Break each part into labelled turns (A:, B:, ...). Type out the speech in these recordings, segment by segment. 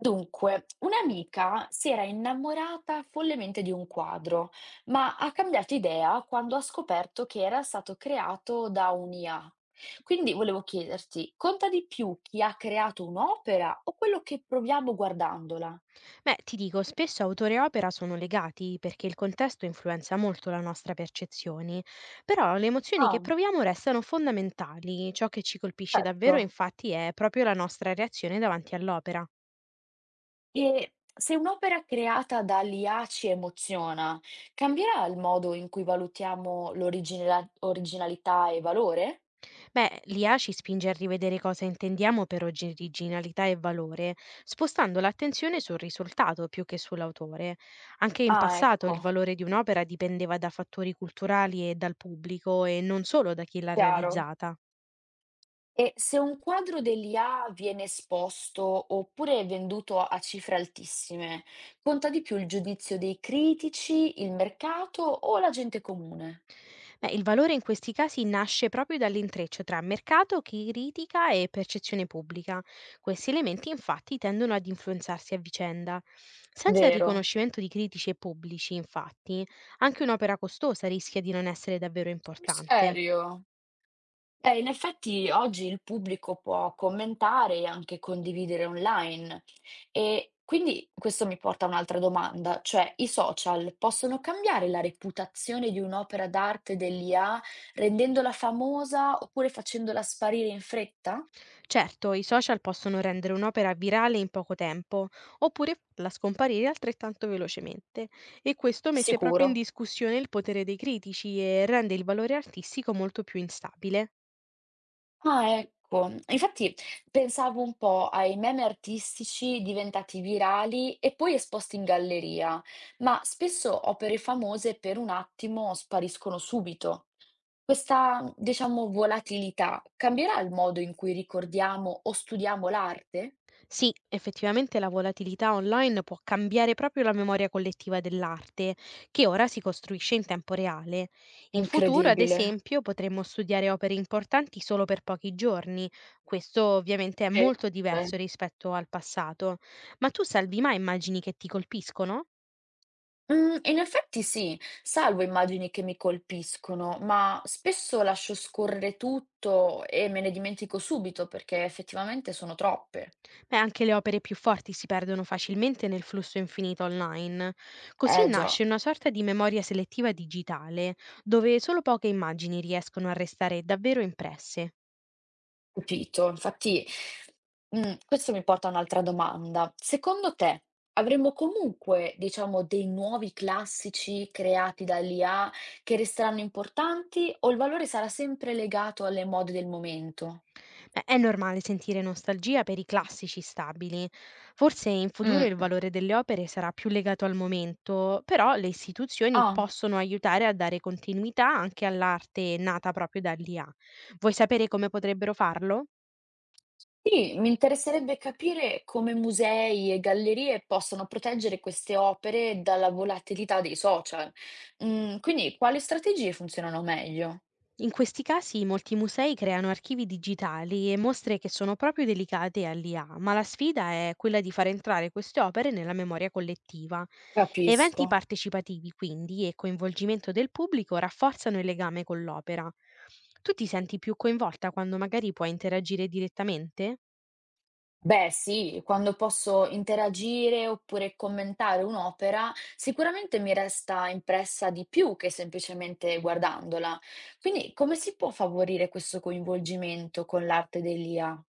A: Dunque, un'amica si era innamorata follemente di un quadro, ma ha cambiato idea quando ha scoperto che era stato creato da un'IA. Quindi volevo chiederti, conta di più chi ha creato un'opera o quello che proviamo guardandola?
B: Beh, ti dico, spesso autore e opera sono legati perché il contesto influenza molto la nostra percezione, però le emozioni che
A: Ah,
B: proviamo restano fondamentali, ciò che ci colpisce davvero
A: certo.
B: infatti è proprio la nostra reazione davanti all'opera.
A: E se un'opera creata dall'IA ci emoziona, cambierà il modo in cui valutiamo l'originalità e valore?
B: Beh, l'IA ci spinge a rivedere cosa intendiamo per originalità e valore, spostando l'attenzione sul risultato più che sull'autore. Anche in
A: Ah,
B: passato il
A: ecco,
B: valore di un'opera dipendeva da fattori culturali e dal pubblico e non solo da chi l'ha
A: chiaro.
B: realizzata.
A: E se un quadro dell'IA viene esposto oppure venduto a cifre altissime, conta di più il giudizio dei critici, il mercato o la gente comune?
B: Beh, il valore in questi casi nasce proprio dall'intreccio tra mercato, critica e percezione pubblica. Questi elementi infatti tendono ad influenzarsi a vicenda. Senza il
A: Vero?
B: riconoscimento di critici e pubblici, infatti, anche un'opera costosa rischia di non essere davvero
A: Sul
B: importante.
A: serio? In effetti oggi il pubblico può commentare e anche condividere online. E quindi questo mi porta a un'altra domanda, cioè i social possono cambiare la reputazione di un'opera d'arte dell'IA rendendola famosa oppure facendola sparire in fretta?
B: Certo, i social possono rendere un'opera virale in poco tempo, oppure farla scomparire altrettanto velocemente, e questo mette proprio in
A: Sicuro.
B: discussione il potere dei critici e rende il valore artistico molto più instabile.
A: Ah, ecco. Infatti pensavo un po' ai meme artistici diventati virali e poi esposti in galleria, ma spesso opere famose per un attimo spariscono subito. Questa, diciamo, volatilità cambierà il modo in cui ricordiamo o studiamo l'arte?
B: Sì, effettivamente la volatilità online può cambiare proprio la memoria collettiva dell'arte, che ora si costruisce in tempo reale. In futuro, ad
A: Incredibile.
B: esempio, potremmo studiare opere importanti solo per pochi giorni. Questo ovviamente è molto
A: Eh.
B: diverso rispetto al passato. Ma tu salvi mai immagini che ti colpiscono?
A: Mhmm, In effetti sì, salvo immagini che mi colpiscono, ma spesso lascio scorrere tutto e me ne dimentico subito perché effettivamente sono troppe.
B: E anche le opere più forti si perdono facilmente nel flusso infinito online. Così
A: Eh già,
B: nasce una sorta di memoria selettiva digitale, dove solo poche immagini riescono a restare davvero impresse.
A: capito. Infatti, questo mi porta a un'altra domanda. Secondo te avremo comunque, diciamo, dei nuovi classici creati dall'IA che resteranno importanti o il valore sarà sempre legato alle mode del momento?
B: Beh, è normale sentire nostalgia per i classici stabili. Forse in futuro il
A: Mh.
B: valore delle opere sarà più legato al momento, però le istituzioni
A: Ah.
B: possono aiutare a dare continuità anche all'arte nata proprio dall'IA. Vuoi sapere come potrebbero farlo?
A: Sì, mi interesserebbe capire come musei e gallerie possano proteggere queste opere dalla volatilità dei social. Mm, quindi quali strategie funzionano meglio?
B: In questi casi molti musei creano archivi digitali e mostre che sono proprio dedicate all'IA, ma la sfida è quella di far entrare queste opere nella memoria collettiva.
A: Capisco.
B: Eventi partecipativi, quindi, e coinvolgimento del pubblico rafforzano il legame con l'opera. Tu ti senti più coinvolta quando magari puoi interagire direttamente?
A: Beh, sì, quando posso interagire oppure commentare un'opera, sicuramente mi resta impressa di più che semplicemente guardandola. Quindi come si può favorire questo coinvolgimento con l'arte dell'IA?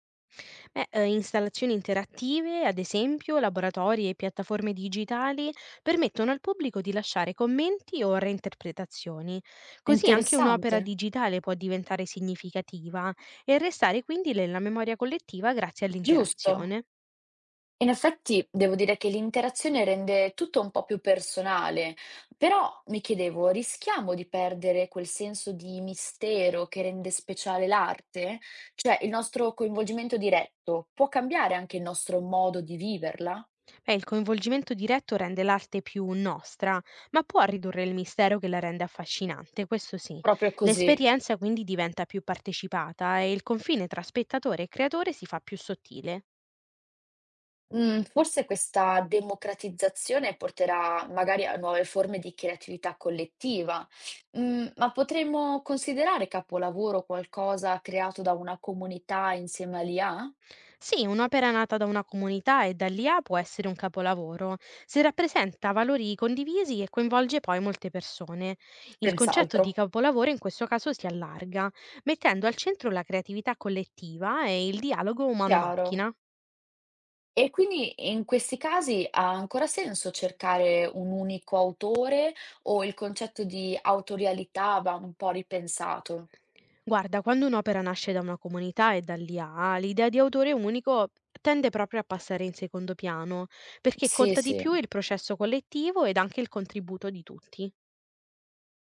B: Beh, installazioni interattive, ad esempio laboratori e piattaforme digitali, permettono al pubblico di lasciare commenti o reinterpretazioni.
A: È
B: Così anche un'opera
A: interessante,
B: digitale può diventare significativa e restare quindi nella memoria collettiva grazie
A: giusto?
B: all'interazione.
A: In effetti devo dire che l'interazione rende tutto un po' più personale, però mi chiedevo, rischiamo di perdere quel senso di mistero che rende speciale l'arte? Cioè, il nostro coinvolgimento diretto può cambiare anche il nostro modo di viverla?
B: Beh, il coinvolgimento diretto rende l'arte più nostra, ma può ridurre il mistero che la rende affascinante, questo sì.
A: Proprio così.
B: L'esperienza quindi diventa più partecipata e il confine tra spettatore e creatore si fa più sottile.
A: Mm, forse questa democratizzazione porterà magari a nuove forme di creatività collettiva. Mm, ma potremmo considerare capolavoro qualcosa creato da una comunità insieme all'IA?
B: Sì, un'opera nata da una comunità e dall'IA può essere un capolavoro, se rappresenta valori condivisi e coinvolge poi molte persone. Il concetto di
A: Senz'altro,
B: capolavoro in questo caso si allarga, mettendo al centro la creatività collettiva e il dialogo
A: chiaro.
B: umano-macchina.
A: E quindi in questi casi ha ancora senso cercare un unico autore o il concetto di autorialità va un po' ripensato?
B: Guarda, quando un'opera nasce da una comunità e dall'IA, l'idea di autore unico tende proprio a passare in secondo piano, perché
A: Sì,
B: conta di
A: sì,
B: più il processo collettivo ed anche il contributo di tutti.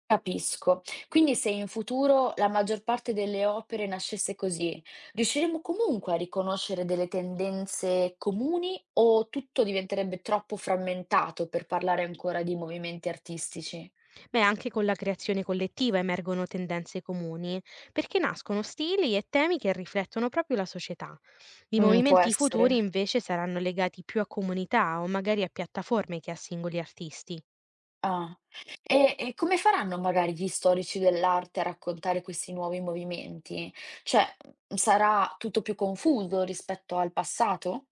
A: capisco. Quindi se in futuro la maggior parte delle opere nascesse così, riusciremo comunque a riconoscere delle tendenze comuni o tutto diventerebbe troppo frammentato per parlare ancora di movimenti artistici?
B: Beh, anche con la creazione collettiva emergono tendenze comuni, perché nascono stili e temi che riflettono proprio la società. I
A: Può
B: movimenti futuri
A: essere.
B: invece saranno legati più a comunità o magari a piattaforme che a singoli artisti.
A: Ah. E come faranno magari gli storici dell'arte a raccontare questi nuovi movimenti? Cioè, sarà tutto più confuso rispetto al passato?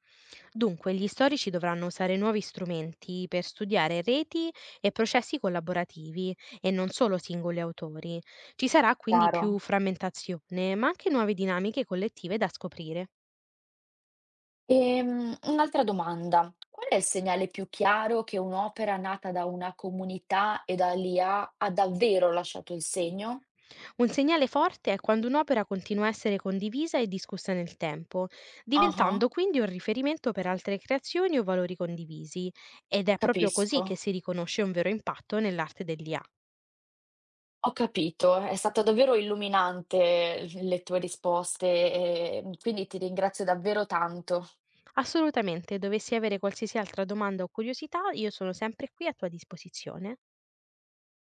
B: Dunque, gli storici dovranno usare nuovi strumenti per studiare reti e processi collaborativi e non solo singoli autori. Ci sarà quindi
A: Chiaro.
B: più frammentazione, ma anche nuove dinamiche collettive da scoprire.
A: Un'altra domanda: qual è il segnale più chiaro che un'opera nata da una comunità e da lì ha davvero lasciato il segno?
B: Un segnale forte è quando un'opera continua a essere condivisa e discussa nel tempo,
A: Ah-ah,
B: diventando quindi un riferimento per altre creazioni o valori condivisi, ed è proprio così che
A: capisco.
B: si riconosce un vero impatto nell'arte dell'IA.
A: Ho capito, è stata davvero illuminante l le tue risposte, quindi ti ringrazio davvero tanto.
B: Assolutamente, dovessi avere qualsiasi altra domanda o curiosità, io sono sempre qui a tua disposizione.